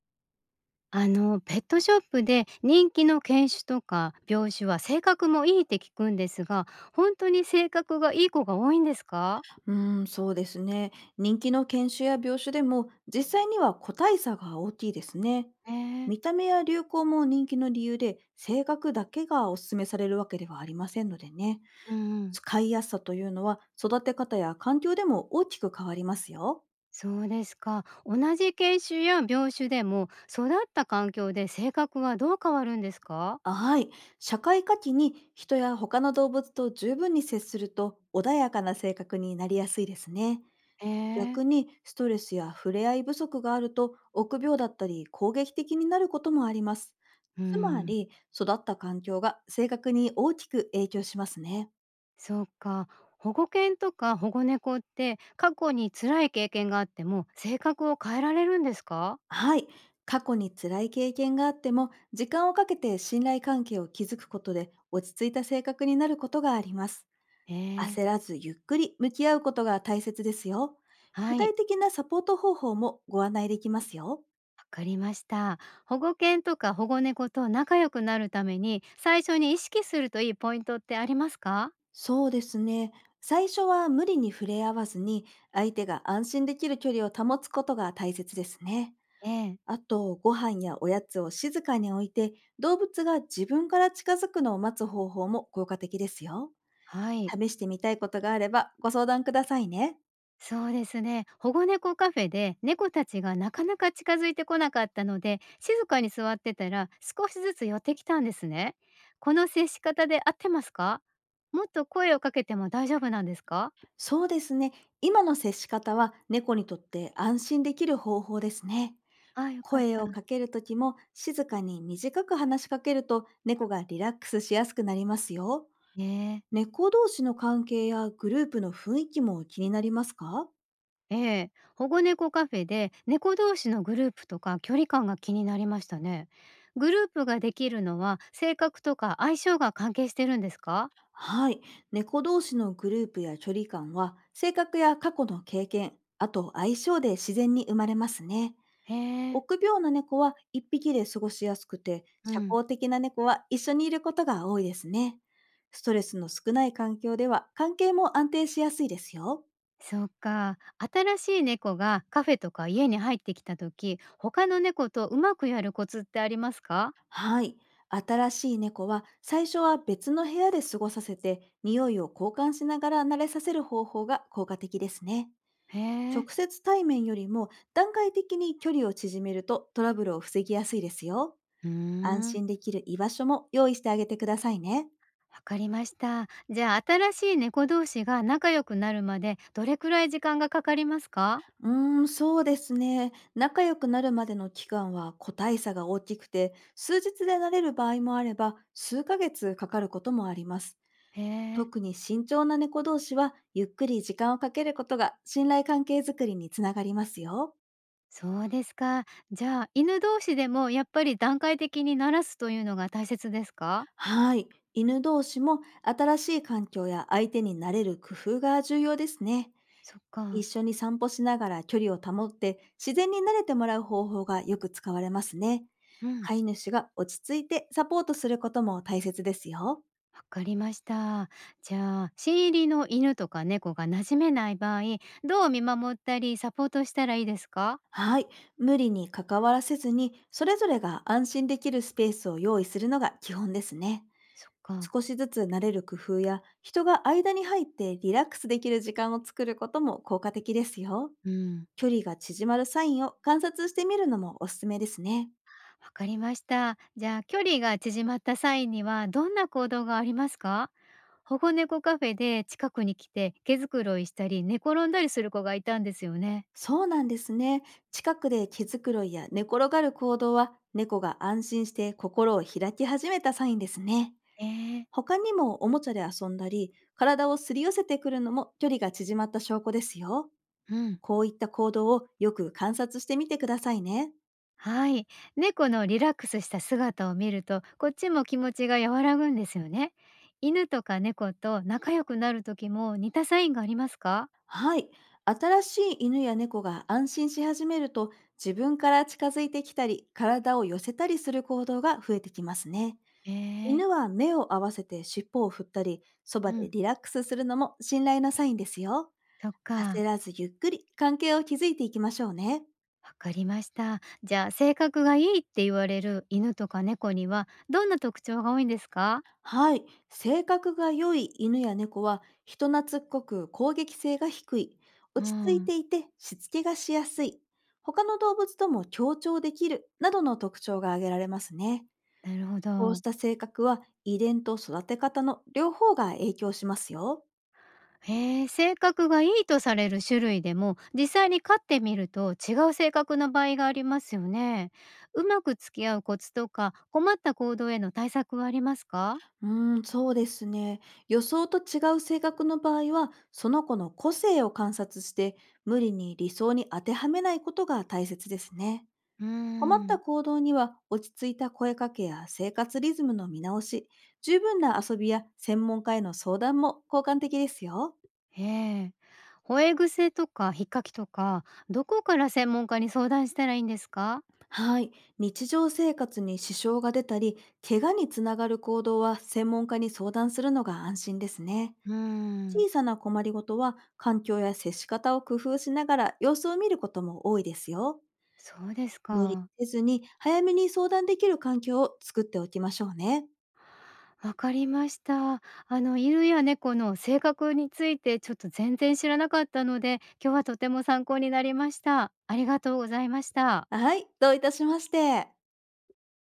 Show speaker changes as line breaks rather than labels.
ペットショップで人気の犬種とか病種は性格もいいって聞くんですが、本当に性格がいい子が多いんですか？
うーん、そうですね。人気の犬種や病種でも実際には個体差が大きいですね。
ええ。
見た目や流行も人気の理由で、性格だけがお勧めされるわけではありませんのでね。
うん。
使いやすさというのは、育て方や環境でも大きく変わりますよ。
そうですか、同じ犬種や病種でも育った環境で性格はどう変わるんですか？
はい。社会科期に人や他の動物と十分に接すると、穏やかな性格になりやすいですね。
え
逆
え。
にストレスや触れ合い不足があると、臆病だったり攻撃的になることもあります。
う
つま
ん。
り、育った環境が性格に大きく影響しますね。
そうか。保護犬とか保護猫って過去に辛い経験があっても性格を変えられるんですか？
はい。過去に辛い経験があっても、時間をかけて信頼関係を築くことで落ち着いた性格になることがあります。
ええ。
焦らずゆっくり向き合うことが大切ですよ。
は
具
い、
体的なサポート方法もご案内できますよ。
わかりました。保護犬とか保護猫と仲良くなるために、最初に意識するといいポイントってありますか？
そうですね。最初は無理に触れ合わずに、相手が安心できる距離を保つことが大切ですね。
ええ。
あと、ご飯やおやつを静かに置いて、動物が自分から近づくのを待つ方法も効果的ですよ。
はい、
試してみたいことがあれば、ご相談くださいね。
そうですね。保護猫カフェで猫たちがなかなか近づいてこなかったので、静かに座ってたら少しずつ寄ってきたんですね。この接し方で合ってますか？もっと声をかけても大丈夫なんですか？
そうですね。今の接し方は、猫にとって安心できる方法ですね。
ああ、よかっ
声
た。
をかけるときも静かに短く話しかけると、猫がリラックスしやすくなりますよ。
ええ。
猫同士の関係やグループの雰囲気も気になりますか？
ええ、保護猫カフェで猫同士のグループとか距離感が気になりましたね。グループができるのは性格とか相性が関係してるんですか？
はい。猫同士のグループや距離感は、性格や過去の経験、あと相性で自然に生まれますね。
へえ、
臆病な猫は一匹で過ごしやすくて、
う
社
ん。
交的な猫は一緒にいることが多いですね。ストレスの少ない環境では関係も安定しやすいですよ。
そうか。新しい猫がカフェとか家に入ってきた時、他の猫とうまくやるコツってありますか？
はい。新しい猫は、最初は別の部屋で過ごさせて、匂いを交換しながら慣れさせる方法が効果的ですね。
へえ、
直接対面よりも段階的に距離を縮めると、トラブルを防ぎやすいですよ。
うー
安
ん。
心できる居場所も用意してあげてくださいね。
わかりました。じゃあ、新しい猫同士が仲良くなるまでどれくらい時間がかかりますか？
うーん、そうですね。仲良くなるまでの期間は個体差が大きくて、数日で慣れる場合もあれば、数ヶ月かかることもあります。
へえ。
特に慎重な猫同士は、ゆっくり時間をかけることが信頼関係づくりにつながりますよ。
そうですか。じゃあ、犬同士でもやっぱり段階的に鳴らすというのが大切ですか？
はい。犬同士も、新しい環境や相手に慣れる工夫が重要ですね。
そっ
一
か。
緒に散歩しながら距離を保って、自然に慣れてもらう方法がよく使われますね。
うん、
飼い主が落ち着いてサポートすることも大切ですよ。
わかりました。じゃあ、新入りの犬とか猫が馴染めない場合、どう見守ったりサポートしたらいいですか？
はい。無理に関わらせずに、それぞれが安心できるスペースを用意するのが基本ですね。
そっか。
少しずつ慣れる工夫や、人が間に入ってリラックスできる時間を作ることも効果的ですよ。
うん、わ
距離が縮まるサインを観察してみるのもおすすめですね。
かりました。じゃあ、距離が縮まった際にはどんな行動がありますか？保護猫カフェで近くに来て毛づくろいしたり寝転んだりする子がいたんですよね。
そうなんですね。近くで毛づくろいや寝転がる行動は、猫が安心して心を開き始めたサインですね。
ええ、
他にもおもちゃで遊んだり、体をすり寄せてくるのも距離が縮まった証拠ですよ。
うん。
こういった行動をよく観察してみてくださいね。
はい。猫のリラックスした姿を見ると、こっちも気持ちが和らぐんですよね。犬とか猫と仲良くなる時も似たサインがありますか？
はい。新しい犬や猫が安心し始めると、自分から近づいてきたり、体を寄せたりする行動が増えてきますね。
え
犬
え、
は目を合わせて尻尾を振ったり、そ
う
ばで
ん。
リラックスするのも信頼のサインですよ。
そっ
焦
か。
らずゆっくり関係を築いていきましょうね。
わかりました。じゃあ、性格がいいって言われる犬とか猫には、どんな特徴が多いんですか？
はい。性格が良い犬や猫は、人懐っこく攻撃性が低い。
う
落ち着い
ん。
ていて、しつけがしやすい。他の動物とも協調できる、などの特徴が挙げられますね。
なるほ
こうし
ど。
た性格は、遺伝と育て方の両方が影響しますよ。
へえ、性格がいいとされる種類でも、実際に飼ってみると違う性格の場合がありますよね。うまく付き合うコツとか、困った行動への対策はありますか？
うーん、そうですね。予想と違う性格の場合は、その子の個性を観察して、無理に理想に当てはめないことが大切ですね。
うー
困った
ん。
行動には、落ち着いた声かけや生活リズムの見直し、十分な遊びや専門家への相談も効果的ですよ。
ええ。吠え癖とか、引っかきとか、どこから専門家に相談したらいいんですか？
はい。日常生活に支障が出たり、怪我につながる行動は、専門家に相談するのが安心ですね。
うーん。
小さな困りごとは、環境や接し方を工夫しながら様子を見ることも多いですよ。
そうです
無理
か。
せずに、早めに相談できる環境を作っておきましょうね。
わかりました。犬や猫の性格についてちょっと全然知らなかったので、今日はとても参考になりました。ありがとうございました。
はい。どういたしまして。